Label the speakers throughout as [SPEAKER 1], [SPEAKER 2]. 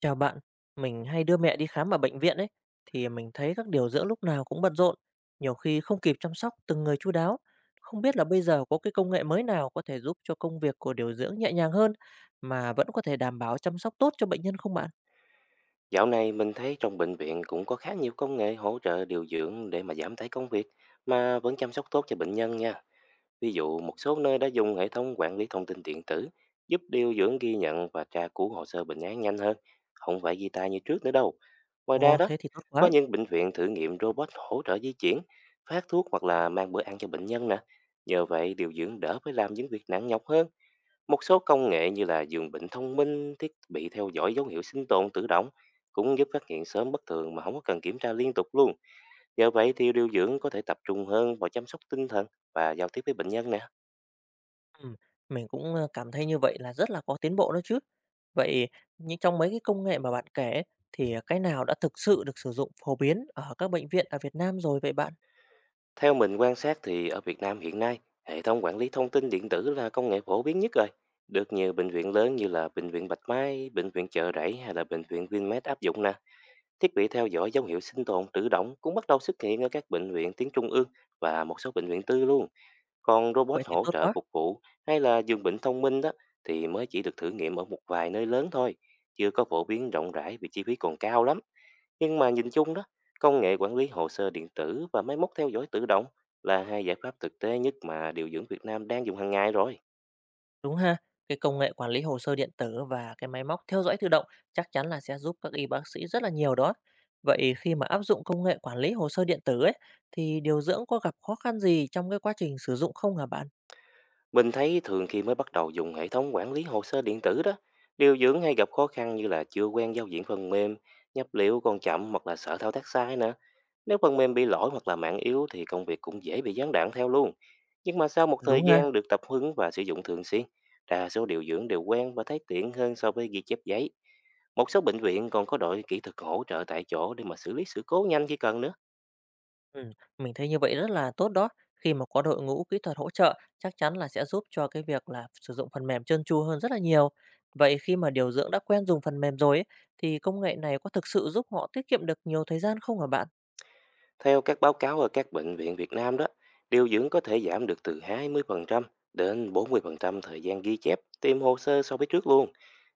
[SPEAKER 1] Chào bạn, mình hay đưa mẹ đi khám ở bệnh viện ấy, thì mình thấy các điều dưỡng lúc nào cũng bận rộn, nhiều khi không kịp chăm sóc từng người chu đáo. Không biết là bây giờ có cái công nghệ mới nào có thể giúp cho công việc của điều dưỡng nhẹ nhàng hơn mà vẫn có thể đảm bảo chăm sóc tốt cho bệnh nhân không bạn?
[SPEAKER 2] Dạo này mình thấy trong bệnh viện cũng có khá nhiều công nghệ hỗ trợ điều dưỡng để mà giảm tải công việc mà vẫn chăm sóc tốt cho bệnh nhân nha. Ví dụ một số nơi đã dùng hệ thống quản lý thông tin điện tử giúp điều dưỡng ghi nhận và tra cứu hồ sơ bệnh án nhanh hơn, không phải ghi tay như trước nữa đâu. Ngoài ra
[SPEAKER 1] Ồ,
[SPEAKER 2] đó,
[SPEAKER 1] thế thì tốt
[SPEAKER 2] có
[SPEAKER 1] quá.
[SPEAKER 2] những bệnh viện thử nghiệm robot hỗ trợ di chuyển, phát thuốc hoặc là mang bữa ăn cho bệnh nhân nè. Nhờ vậy điều dưỡng đỡ phải làm những việc nặng nhọc hơn. Một số công nghệ như là giường bệnh thông minh, thiết bị theo dõi dấu hiệu sinh tồn tự động cũng giúp phát hiện sớm bất thường mà không có cần kiểm tra liên tục luôn. Nhờ vậy thì điều dưỡng có thể tập trung hơn vào chăm sóc tinh thần và giao tiếp với bệnh nhân nè.
[SPEAKER 1] Ừ, mình cũng cảm thấy như vậy là rất là có tiến bộ đó chứ. Vậy nhưng trong mấy cái công nghệ mà bạn kể ấy, thì cái nào đã thực sự được sử dụng phổ biến ở các bệnh viện ở Việt Nam rồi vậy bạn?
[SPEAKER 2] Theo mình quan sát thì ở Việt Nam hiện nay, hệ thống quản lý thông tin điện tử là công nghệ phổ biến nhất rồi. Được nhiều bệnh viện lớn như là Bệnh viện Bạch Mai, Bệnh viện Chợ Rẫy hay là Bệnh viện Vinmed áp dụng nè. Thiết bị theo dõi dấu hiệu sinh tồn tự động cũng bắt đầu xuất hiện ở các bệnh viện tuyến trung ương và một số bệnh viện tư luôn. Còn robot
[SPEAKER 1] Vậy thì
[SPEAKER 2] hỗ
[SPEAKER 1] tốt
[SPEAKER 2] trợ
[SPEAKER 1] quá.
[SPEAKER 2] phục vụ hay là giường bệnh thông minh đó thì mới chỉ được thử nghiệm ở một vài nơi lớn thôi, chưa có phổ biến rộng rãi vì chi phí còn cao lắm. Nhưng mà nhìn chung đó, công nghệ quản lý hồ sơ điện tử và máy móc theo dõi tự động là hai giải pháp thực tế nhất mà điều dưỡng Việt Nam đang dùng hàng ngày rồi.
[SPEAKER 1] Đúng ha, cái công nghệ quản lý hồ sơ điện tử và cái máy móc theo dõi tự động chắc chắn là sẽ giúp các y bác sĩ rất là nhiều đó. Vậy khi mà áp dụng công nghệ quản lý hồ sơ điện tử ấy, thì điều dưỡng có gặp khó khăn gì trong cái quá trình sử dụng không hả bạn?
[SPEAKER 2] Mình thấy thường khi mới bắt đầu dùng hệ thống quản lý hồ sơ điện tử đó, điều dưỡng hay gặp khó khăn như là chưa quen giao diện phần mềm, nhập liệu còn chậm hoặc là sợ thao tác sai nè. Nếu phần mềm bị lỗi hoặc là mạng yếu thì công việc cũng dễ bị gián đoạn theo luôn. Nhưng mà sau một thời
[SPEAKER 1] Đúng ha,
[SPEAKER 2] gian được tập huấn và sử dụng thường xuyên, đa số điều dưỡng đều quen và thấy tiện hơn so với ghi chép giấy. Một số bệnh viện còn có đội kỹ thuật hỗ trợ tại chỗ để mà xử lý sự cố nhanh khi cần nữa.
[SPEAKER 1] ừ, mình thấy như vậy rất là tốt đó. Khi mà có đội ngũ kỹ thuật hỗ trợ, chắc chắn là sẽ giúp cho cái việc là sử dụng phần mềm trơn tru hơn rất là nhiều. Vậy khi mà điều dưỡng đã quen dùng phần mềm rồi ấy, thì công nghệ này có thực sự giúp họ tiết kiệm được nhiều thời gian không hả bạn?
[SPEAKER 2] Theo các báo cáo ở các bệnh viện Việt Nam đó, điều dưỡng có thể giảm được từ 20% đến 40% thời gian ghi chép, tìm hồ sơ so với trước luôn.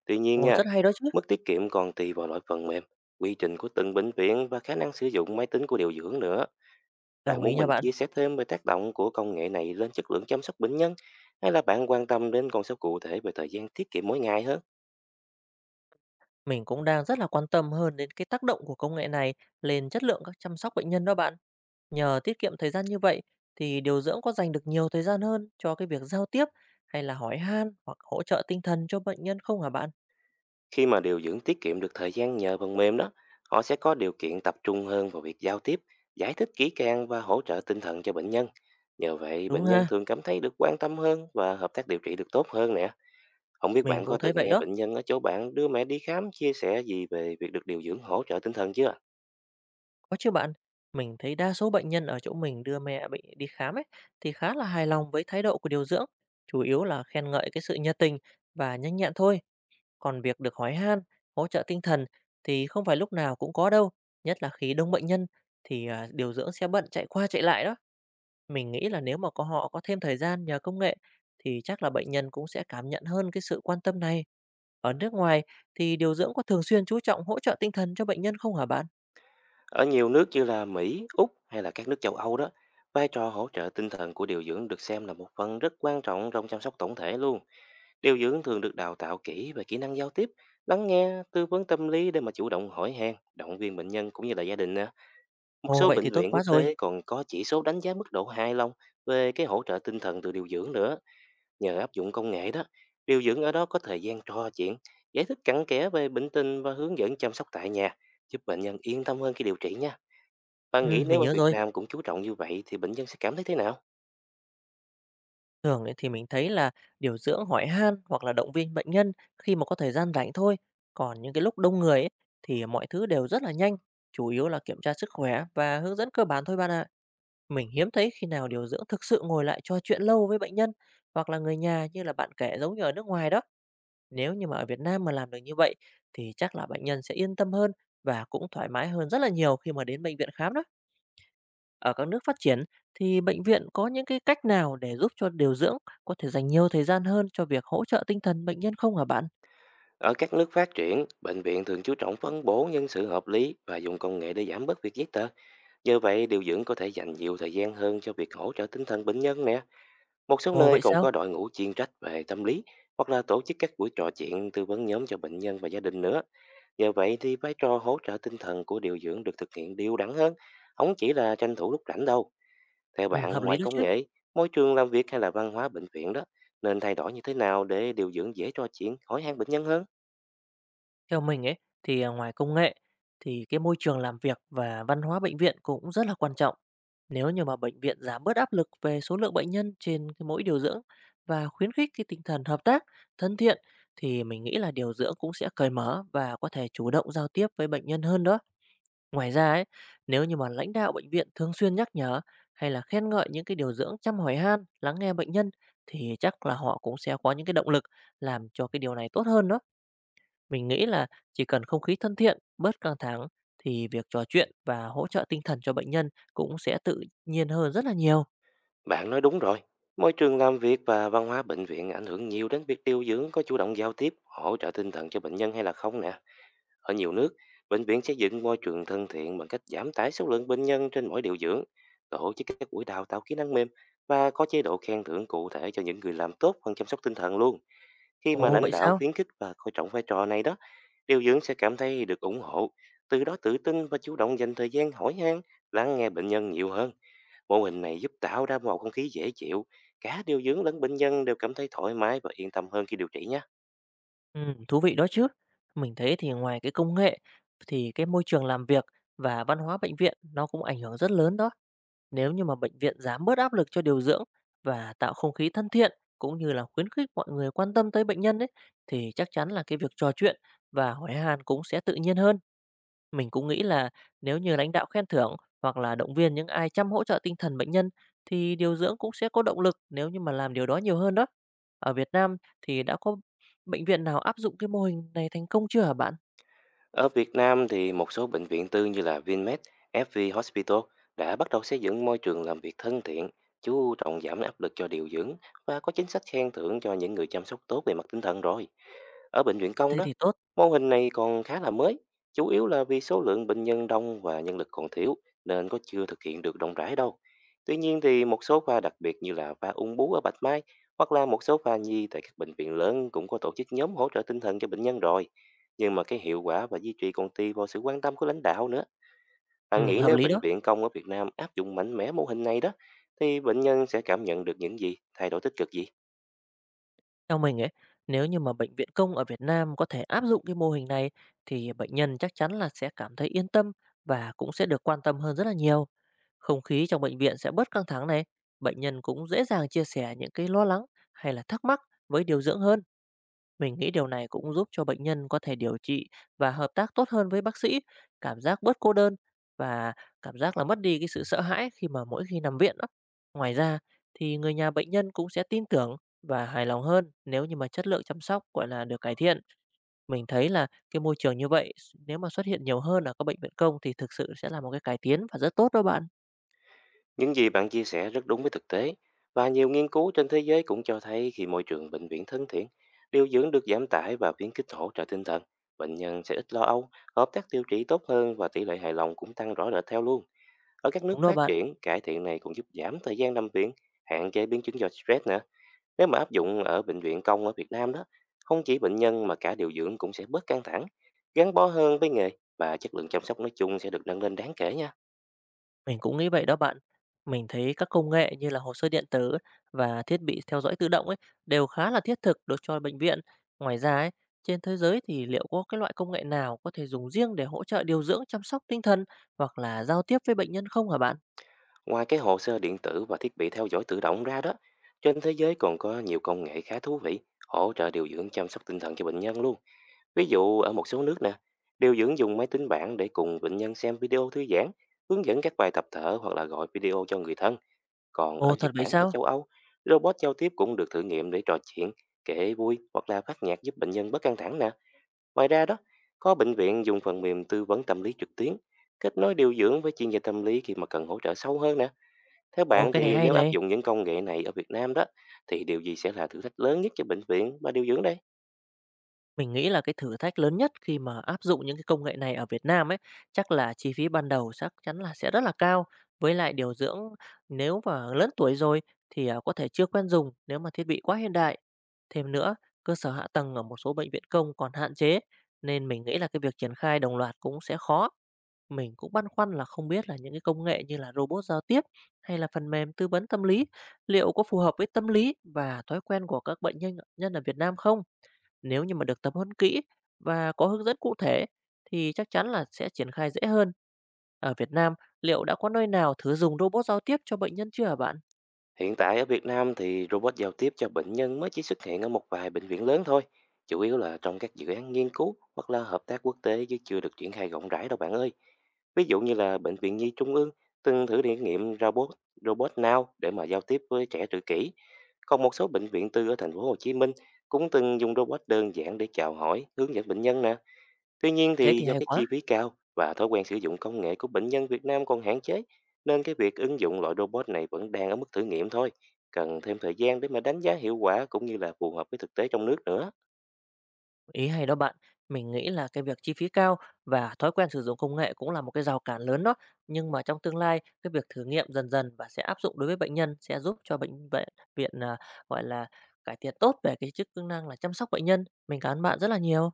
[SPEAKER 2] Tuy nhiên
[SPEAKER 1] Ồ,
[SPEAKER 2] nha,
[SPEAKER 1] rất hay đó chứ.
[SPEAKER 2] mức tiết kiệm còn tùy vào loại phần mềm, quy trình của từng bệnh viện và khả năng sử dụng máy tính của điều dưỡng nữa.
[SPEAKER 1] Đồng
[SPEAKER 2] Bạn
[SPEAKER 1] ý
[SPEAKER 2] muốn
[SPEAKER 1] nha
[SPEAKER 2] mình
[SPEAKER 1] bạn.
[SPEAKER 2] chia sẻ thêm về tác động của công nghệ này lên chất lượng chăm sóc bệnh nhân hay là bạn quan tâm đến con số cụ thể về thời gian tiết kiệm mỗi ngày hơn?
[SPEAKER 1] Mình cũng đang rất là quan tâm hơn đến cái tác động của công nghệ này lên chất lượng các chăm sóc bệnh nhân đó bạn. Nhờ tiết kiệm thời gian như vậy thì điều dưỡng có dành được nhiều thời gian hơn cho cái việc giao tiếp hay là hỏi han hoặc hỗ trợ tinh thần cho bệnh nhân không hả bạn?
[SPEAKER 2] Khi mà điều dưỡng tiết kiệm được thời gian nhờ phần mềm đó, họ sẽ có điều kiện tập trung hơn vào việc giao tiếp, giải thích kỹ càng và hỗ trợ tinh thần cho bệnh nhân. Nhờ vậy,
[SPEAKER 1] Đúng
[SPEAKER 2] bệnh nhân
[SPEAKER 1] ha,
[SPEAKER 2] thường cảm thấy được quan tâm hơn và hợp tác điều trị được tốt hơn nè. Không biết
[SPEAKER 1] mình
[SPEAKER 2] bạn có
[SPEAKER 1] cũng thấy
[SPEAKER 2] từng
[SPEAKER 1] vậy
[SPEAKER 2] nghe
[SPEAKER 1] đó,
[SPEAKER 2] bệnh nhân ở chỗ bạn đưa mẹ đi khám chia sẻ gì về việc được điều dưỡng hỗ trợ tinh thần chưa?
[SPEAKER 1] có chứ bạn. Mình thấy đa số bệnh nhân ở chỗ mình đưa mẹ bị đi khám ấy thì khá là hài lòng với thái độ của điều dưỡng, chủ yếu là khen ngợi cái sự nhiệt tình và nhanh nhẹn thôi. Còn việc được hỏi han, hỗ trợ tinh thần thì không phải lúc nào cũng có đâu, nhất là khi đông bệnh nhân thì, điều dưỡng sẽ bận chạy qua chạy lại đó. Mình nghĩ là nếu mà có họ có thêm thời gian nhờ công nghệ thì chắc là bệnh nhân cũng sẽ cảm nhận hơn cái sự quan tâm này. Ở nước ngoài thì điều dưỡng có thường xuyên chú trọng hỗ trợ tinh thần cho bệnh nhân không hả bạn?
[SPEAKER 2] Ở nhiều nước như là Mỹ, Úc hay là các nước châu Âu đó, vai trò hỗ trợ tinh thần của điều dưỡng được xem là một phần rất quan trọng trong chăm sóc tổng thể luôn. Điều dưỡng thường được đào tạo kỹ về kỹ năng giao tiếp, lắng nghe, tư vấn tâm lý để mà chủ động hỏi han, động viên bệnh nhân cũng như là gia đình nè. Một
[SPEAKER 1] Ồ,
[SPEAKER 2] số
[SPEAKER 1] vậy thì
[SPEAKER 2] bệnh
[SPEAKER 1] tốt
[SPEAKER 2] viện
[SPEAKER 1] quá
[SPEAKER 2] quốc
[SPEAKER 1] rồi.
[SPEAKER 2] tế còn có chỉ số đánh giá mức độ hài lòng về cái hỗ trợ tinh thần từ điều dưỡng nữa, nhờ áp dụng công nghệ đó. Điều dưỡng ở đó có thời gian trò chuyện, giải thích cặn kẽ về bệnh tình và hướng dẫn chăm sóc tại nhà, giúp bệnh nhân yên tâm hơn khi điều trị nha. Bạn nghĩ
[SPEAKER 1] Mình
[SPEAKER 2] nếu ở
[SPEAKER 1] nhớ
[SPEAKER 2] Việt
[SPEAKER 1] rồi.
[SPEAKER 2] Nam cũng chú trọng như vậy thì bệnh nhân sẽ cảm thấy thế nào?
[SPEAKER 1] Thường ấy thì mình thấy là điều dưỡng hỏi han hoặc là động viên bệnh nhân khi mà có thời gian rảnh thôi. Còn những cái lúc đông người ấy, thì mọi thứ đều rất là nhanh, chủ yếu là kiểm tra sức khỏe và hướng dẫn cơ bản thôi bạn ạ. Mình hiếm thấy khi nào điều dưỡng thực sự ngồi lại trò chuyện lâu với bệnh nhân hoặc là người nhà như là bạn kể giống như ở nước ngoài đó. Nếu như mà ở Việt Nam mà làm được như vậy thì chắc là bệnh nhân sẽ yên tâm hơn và cũng thoải mái hơn rất là nhiều khi mà đến bệnh viện khám đó. Ở các nước phát triển thì bệnh viện có những cái cách nào để giúp cho điều dưỡng có thể dành nhiều thời gian hơn cho việc hỗ trợ tinh thần bệnh nhân không hả bạn?
[SPEAKER 2] Ở các nước phát triển, bệnh viện thường chú trọng phân bố nhân sự hợp lý và dùng công nghệ để giảm bớt việc giấy tờ. Nhờ vậy, điều dưỡng có thể dành nhiều thời gian hơn cho việc hỗ trợ tinh thần bệnh nhân nè. Một số
[SPEAKER 1] Ồ
[SPEAKER 2] nơi
[SPEAKER 1] vậy
[SPEAKER 2] còn
[SPEAKER 1] sao?
[SPEAKER 2] có đội ngũ chuyên trách về tâm lý hoặc là tổ chức các buổi trò chuyện tư vấn nhóm cho bệnh nhân và gia đình nữa. Nhờ vậy thì vai trò hỗ trợ tinh thần của điều dưỡng được thực hiện đều đặn hơn, không chỉ là tranh thủ lúc rảnh đâu. Theo
[SPEAKER 1] Ừ, hợp
[SPEAKER 2] bạn,
[SPEAKER 1] lý
[SPEAKER 2] ngoài
[SPEAKER 1] đó
[SPEAKER 2] công
[SPEAKER 1] chứ.
[SPEAKER 2] nghệ, môi trường làm việc hay là văn hóa bệnh viện đó, nên thay đổi như thế nào để điều dưỡng dễ trò chuyện, hỏi han bệnh nhân hơn?
[SPEAKER 1] Theo mình ấy thì ngoài công nghệ thì cái môi trường làm việc và văn hóa bệnh viện cũng rất là quan trọng. Nếu như mà bệnh viện giảm bớt áp lực về số lượng bệnh nhân trên cái mỗi điều dưỡng và khuyến khích cái tinh thần hợp tác, thân thiện thì mình nghĩ là điều dưỡng cũng sẽ cởi mở và có thể chủ động giao tiếp với bệnh nhân hơn đó. Ngoài ra ấy, nếu như mà lãnh đạo bệnh viện thường xuyên nhắc nhở hay là khen ngợi những cái điều dưỡng chăm hỏi han, lắng nghe bệnh nhân thì chắc là họ cũng sẽ có những cái động lực làm cho cái điều này tốt hơn đó. Mình nghĩ là chỉ cần không khí thân thiện, bớt căng thẳng thì việc trò chuyện và hỗ trợ tinh thần cho bệnh nhân cũng sẽ tự nhiên hơn rất là nhiều.
[SPEAKER 2] Bạn nói đúng rồi. Môi trường làm việc và văn hóa bệnh viện ảnh hưởng nhiều đến việc điều dưỡng có chủ động giao tiếp, hỗ trợ tinh thần cho bệnh nhân hay là không nè. Ở nhiều nước, bệnh viện xây dựng môi trường thân thiện bằng cách giảm tải số lượng bệnh nhân trên mỗi điều dưỡng, tổ chức các buổi đào tạo kỹ năng mềm và có chế độ khen thưởng cụ thể cho những người làm tốt phần chăm sóc tinh thần luôn. Khi mà
[SPEAKER 1] Ồ vậy
[SPEAKER 2] lãnh đạo
[SPEAKER 1] sao?
[SPEAKER 2] khuyến khích và coi trọng vai trò này đó, điều dưỡng sẽ cảm thấy được ủng hộ, từ đó tự tin và chủ động dành thời gian hỏi han, lắng nghe bệnh nhân nhiều hơn. Mô hình này giúp tạo ra bầu không khí dễ chịu, cả điều dưỡng lẫn bệnh nhân đều cảm thấy thoải mái và yên tâm hơn khi điều trị nhé.
[SPEAKER 1] Ừ, thú vị đó chứ. Mình thấy thì ngoài cái công nghệ thì cái môi trường làm việc và văn hóa bệnh viện nó cũng ảnh hưởng rất lớn đó. Nếu như mà bệnh viện dám bớt áp lực cho điều dưỡng và tạo không khí thân thiện cũng như là khuyến khích mọi người quan tâm tới bệnh nhân ấy thì chắc chắn là cái việc trò chuyện và hỏi han cũng sẽ tự nhiên hơn. Mình cũng nghĩ là nếu như lãnh đạo khen thưởng hoặc là động viên những ai chăm hỗ trợ tinh thần bệnh nhân thì điều dưỡng cũng sẽ có động lực nếu như mà làm điều đó nhiều hơn đó. Ở Việt Nam thì đã có bệnh viện nào áp dụng cái mô hình này thành công chưa hả bạn?
[SPEAKER 2] Ở Việt Nam thì một số bệnh viện tư như là Vinmed, FV Hospital đã bắt đầu xây dựng môi trường làm việc thân thiện, chú trọng giảm áp lực cho điều dưỡng và có chính sách khen thưởng cho những người chăm sóc tốt về mặt tinh thần rồi. Ở bệnh viện công
[SPEAKER 1] Thế
[SPEAKER 2] đó,
[SPEAKER 1] thì tốt.
[SPEAKER 2] mô hình này còn khá là mới, chủ yếu là vì số lượng bệnh nhân đông và nhân lực còn thiếu nên có chưa thực hiện được rộng rãi đâu. Tuy nhiên thì một số khoa đặc biệt như là khoa ung bướu ở Bạch Mai hoặc là một số khoa nhi tại các bệnh viện lớn cũng có tổ chức nhóm hỗ trợ tinh thần cho bệnh nhân rồi. Nhưng mà cái hiệu quả và duy trì còn tùy vào sự quan tâm của lãnh đạo nữa. Bạn
[SPEAKER 1] Ừ,
[SPEAKER 2] nghĩ
[SPEAKER 1] hợp
[SPEAKER 2] nếu
[SPEAKER 1] lý
[SPEAKER 2] bệnh
[SPEAKER 1] đó.
[SPEAKER 2] viện công ở Việt Nam áp dụng mạnh mẽ mô hình này đó, thì bệnh nhân sẽ cảm nhận được những gì, thay đổi tích cực gì?
[SPEAKER 1] Theo mình ấy, nếu như mà bệnh viện công ở Việt Nam có thể áp dụng cái mô hình này thì bệnh nhân chắc chắn là sẽ cảm thấy yên tâm và cũng sẽ được quan tâm hơn rất là nhiều. Không khí trong bệnh viện sẽ bớt căng thẳng này, bệnh nhân cũng dễ dàng chia sẻ những cái lo lắng hay là thắc mắc với điều dưỡng hơn. Mình nghĩ điều này cũng giúp cho bệnh nhân có thể điều trị và hợp tác tốt hơn với bác sĩ, cảm giác bớt cô đơn và cảm giác là mất đi cái sự sợ hãi khi mà mỗi khi nằm viện đó. Ngoài ra thì người nhà bệnh nhân cũng sẽ tin tưởng và hài lòng hơn nếu như mà chất lượng chăm sóc gọi là được cải thiện. Mình thấy là cái môi trường như vậy nếu mà xuất hiện nhiều hơn ở các bệnh viện công thì thực sự sẽ là một cái cải tiến và rất tốt đó bạn.
[SPEAKER 2] Những gì bạn chia sẻ rất đúng với thực tế. Và nhiều nghiên cứu trên thế giới cũng cho thấy khi môi trường bệnh viện thân thiện, điều dưỡng được giảm tải và khuyến khích hỗ trợ tinh thần, bệnh nhân sẽ ít lo âu, hợp tác điều trị tốt hơn và tỷ lệ hài lòng cũng tăng rõ rệt theo luôn. Ở các nước
[SPEAKER 1] Đúng đó
[SPEAKER 2] phát
[SPEAKER 1] bạn.
[SPEAKER 2] triển, cải thiện này cũng giúp giảm thời gian nằm viện, hạn chế biến chứng do stress nữa. Nếu mà áp dụng ở bệnh viện công ở Việt Nam đó, không chỉ bệnh nhân mà cả điều dưỡng cũng sẽ bớt căng thẳng, gắn bó hơn với nghề và chất lượng chăm sóc nói chung sẽ được nâng lên đáng kể nha.
[SPEAKER 1] Mình cũng nghĩ vậy đó bạn. Mình thấy các công nghệ như là hồ sơ điện tử và thiết bị theo dõi tự động ấy đều khá là thiết thực đối cho bệnh viện. Ngoài ra ấy, trên thế giới thì liệu có cái loại công nghệ nào có thể dùng riêng để hỗ trợ điều dưỡng chăm sóc tinh thần hoặc là giao tiếp với bệnh nhân không hả bạn?
[SPEAKER 2] Ngoài cái hồ sơ điện tử và thiết bị theo dõi tự động ra đó, trên thế giới còn có nhiều công nghệ khá thú vị hỗ trợ điều dưỡng chăm sóc tinh thần cho bệnh nhân luôn. Ví dụ ở một số nước nè, điều dưỡng dùng máy tính bảng để cùng bệnh nhân xem video thư giãn, hướng dẫn các bài tập thở hoặc là gọi video cho người thân. Còn
[SPEAKER 1] Ồ,
[SPEAKER 2] ở
[SPEAKER 1] thật
[SPEAKER 2] Nhật
[SPEAKER 1] vậy
[SPEAKER 2] Bản và
[SPEAKER 1] sao?
[SPEAKER 2] châu Âu, robot giao tiếp cũng được thử nghiệm để trò chuyện, kể vui hoặc là phát nhạc giúp bệnh nhân bớt căng thẳng nè. Ngoài ra đó, có bệnh viện dùng phần mềm tư vấn tâm lý trực tuyến, kết nối điều dưỡng với chuyên gia tâm lý khi mà cần hỗ trợ sâu hơn nè. Theo
[SPEAKER 1] Ồ,
[SPEAKER 2] bạn
[SPEAKER 1] cái này
[SPEAKER 2] thì
[SPEAKER 1] hay
[SPEAKER 2] nếu áp
[SPEAKER 1] này.
[SPEAKER 2] dụng những công nghệ này ở Việt Nam đó, thì điều gì sẽ là thử thách lớn nhất cho bệnh viện và điều dưỡng đây?
[SPEAKER 1] Mình nghĩ là cái thử thách lớn nhất khi mà áp dụng những cái công nghệ này ở Việt Nam ấy, chắc là chi phí ban đầu chắc chắn là sẽ rất là cao. Với lại điều dưỡng nếu mà lớn tuổi rồi thì, có thể chưa quen dùng nếu mà thiết bị quá hiện đại. Thêm nữa, cơ sở hạ tầng ở một số bệnh viện công còn hạn chế, nên mình nghĩ là cái việc triển khai đồng loạt cũng sẽ khó. Mình cũng băn khoăn là không biết là những cái công nghệ như là robot giao tiếp hay là phần mềm tư vấn tâm lý, liệu có phù hợp với tâm lý và thói quen của các bệnh nhân nhân ở Việt Nam không? Nếu như mà được tập huấn kỹ và có hướng dẫn cụ thể thì chắc chắn là sẽ triển khai dễ hơn. Ở Việt Nam, liệu đã có nơi nào thử dùng robot giao tiếp cho bệnh nhân chưa hả bạn?
[SPEAKER 2] Hiện tại ở Việt Nam thì robot giao tiếp cho bệnh nhân mới chỉ xuất hiện ở một vài bệnh viện lớn thôi, chủ yếu là trong các dự án nghiên cứu hoặc là hợp tác quốc tế chứ chưa được triển khai rộng rãi đâu bạn ơi. Ví dụ như là Bệnh viện Nhi Trung ương từng thử thử nghiệm robot robot Now để mà giao tiếp với trẻ tự kỷ. Còn một số bệnh viện tư ở thành phố Hồ Chí Minh cũng từng dùng robot đơn giản để chào hỏi, hướng dẫn bệnh nhân nè. Tuy nhiên
[SPEAKER 1] Thế
[SPEAKER 2] thì
[SPEAKER 1] thì
[SPEAKER 2] do
[SPEAKER 1] hay
[SPEAKER 2] cái
[SPEAKER 1] quá,
[SPEAKER 2] chi phí cao và thói quen sử dụng công nghệ của bệnh nhân Việt Nam còn hạn chế, nên cái việc ứng dụng loại robot này vẫn đang ở mức thử nghiệm thôi, cần thêm thời gian để mà đánh giá hiệu quả cũng như là phù hợp với thực tế trong nước nữa.
[SPEAKER 1] ý hay đó bạn. Mình nghĩ là cái việc chi phí cao và thói quen sử dụng công nghệ cũng là một cái rào cản lớn đó. Nhưng mà trong tương lai, cái việc thử nghiệm dần dần và sẽ áp dụng đối với bệnh nhân sẽ giúp cho bệnh viện, viện à, gọi là cải thiện tốt về cái chức năng là chăm sóc bệnh nhân. Mình cảm ơn bạn rất là nhiều.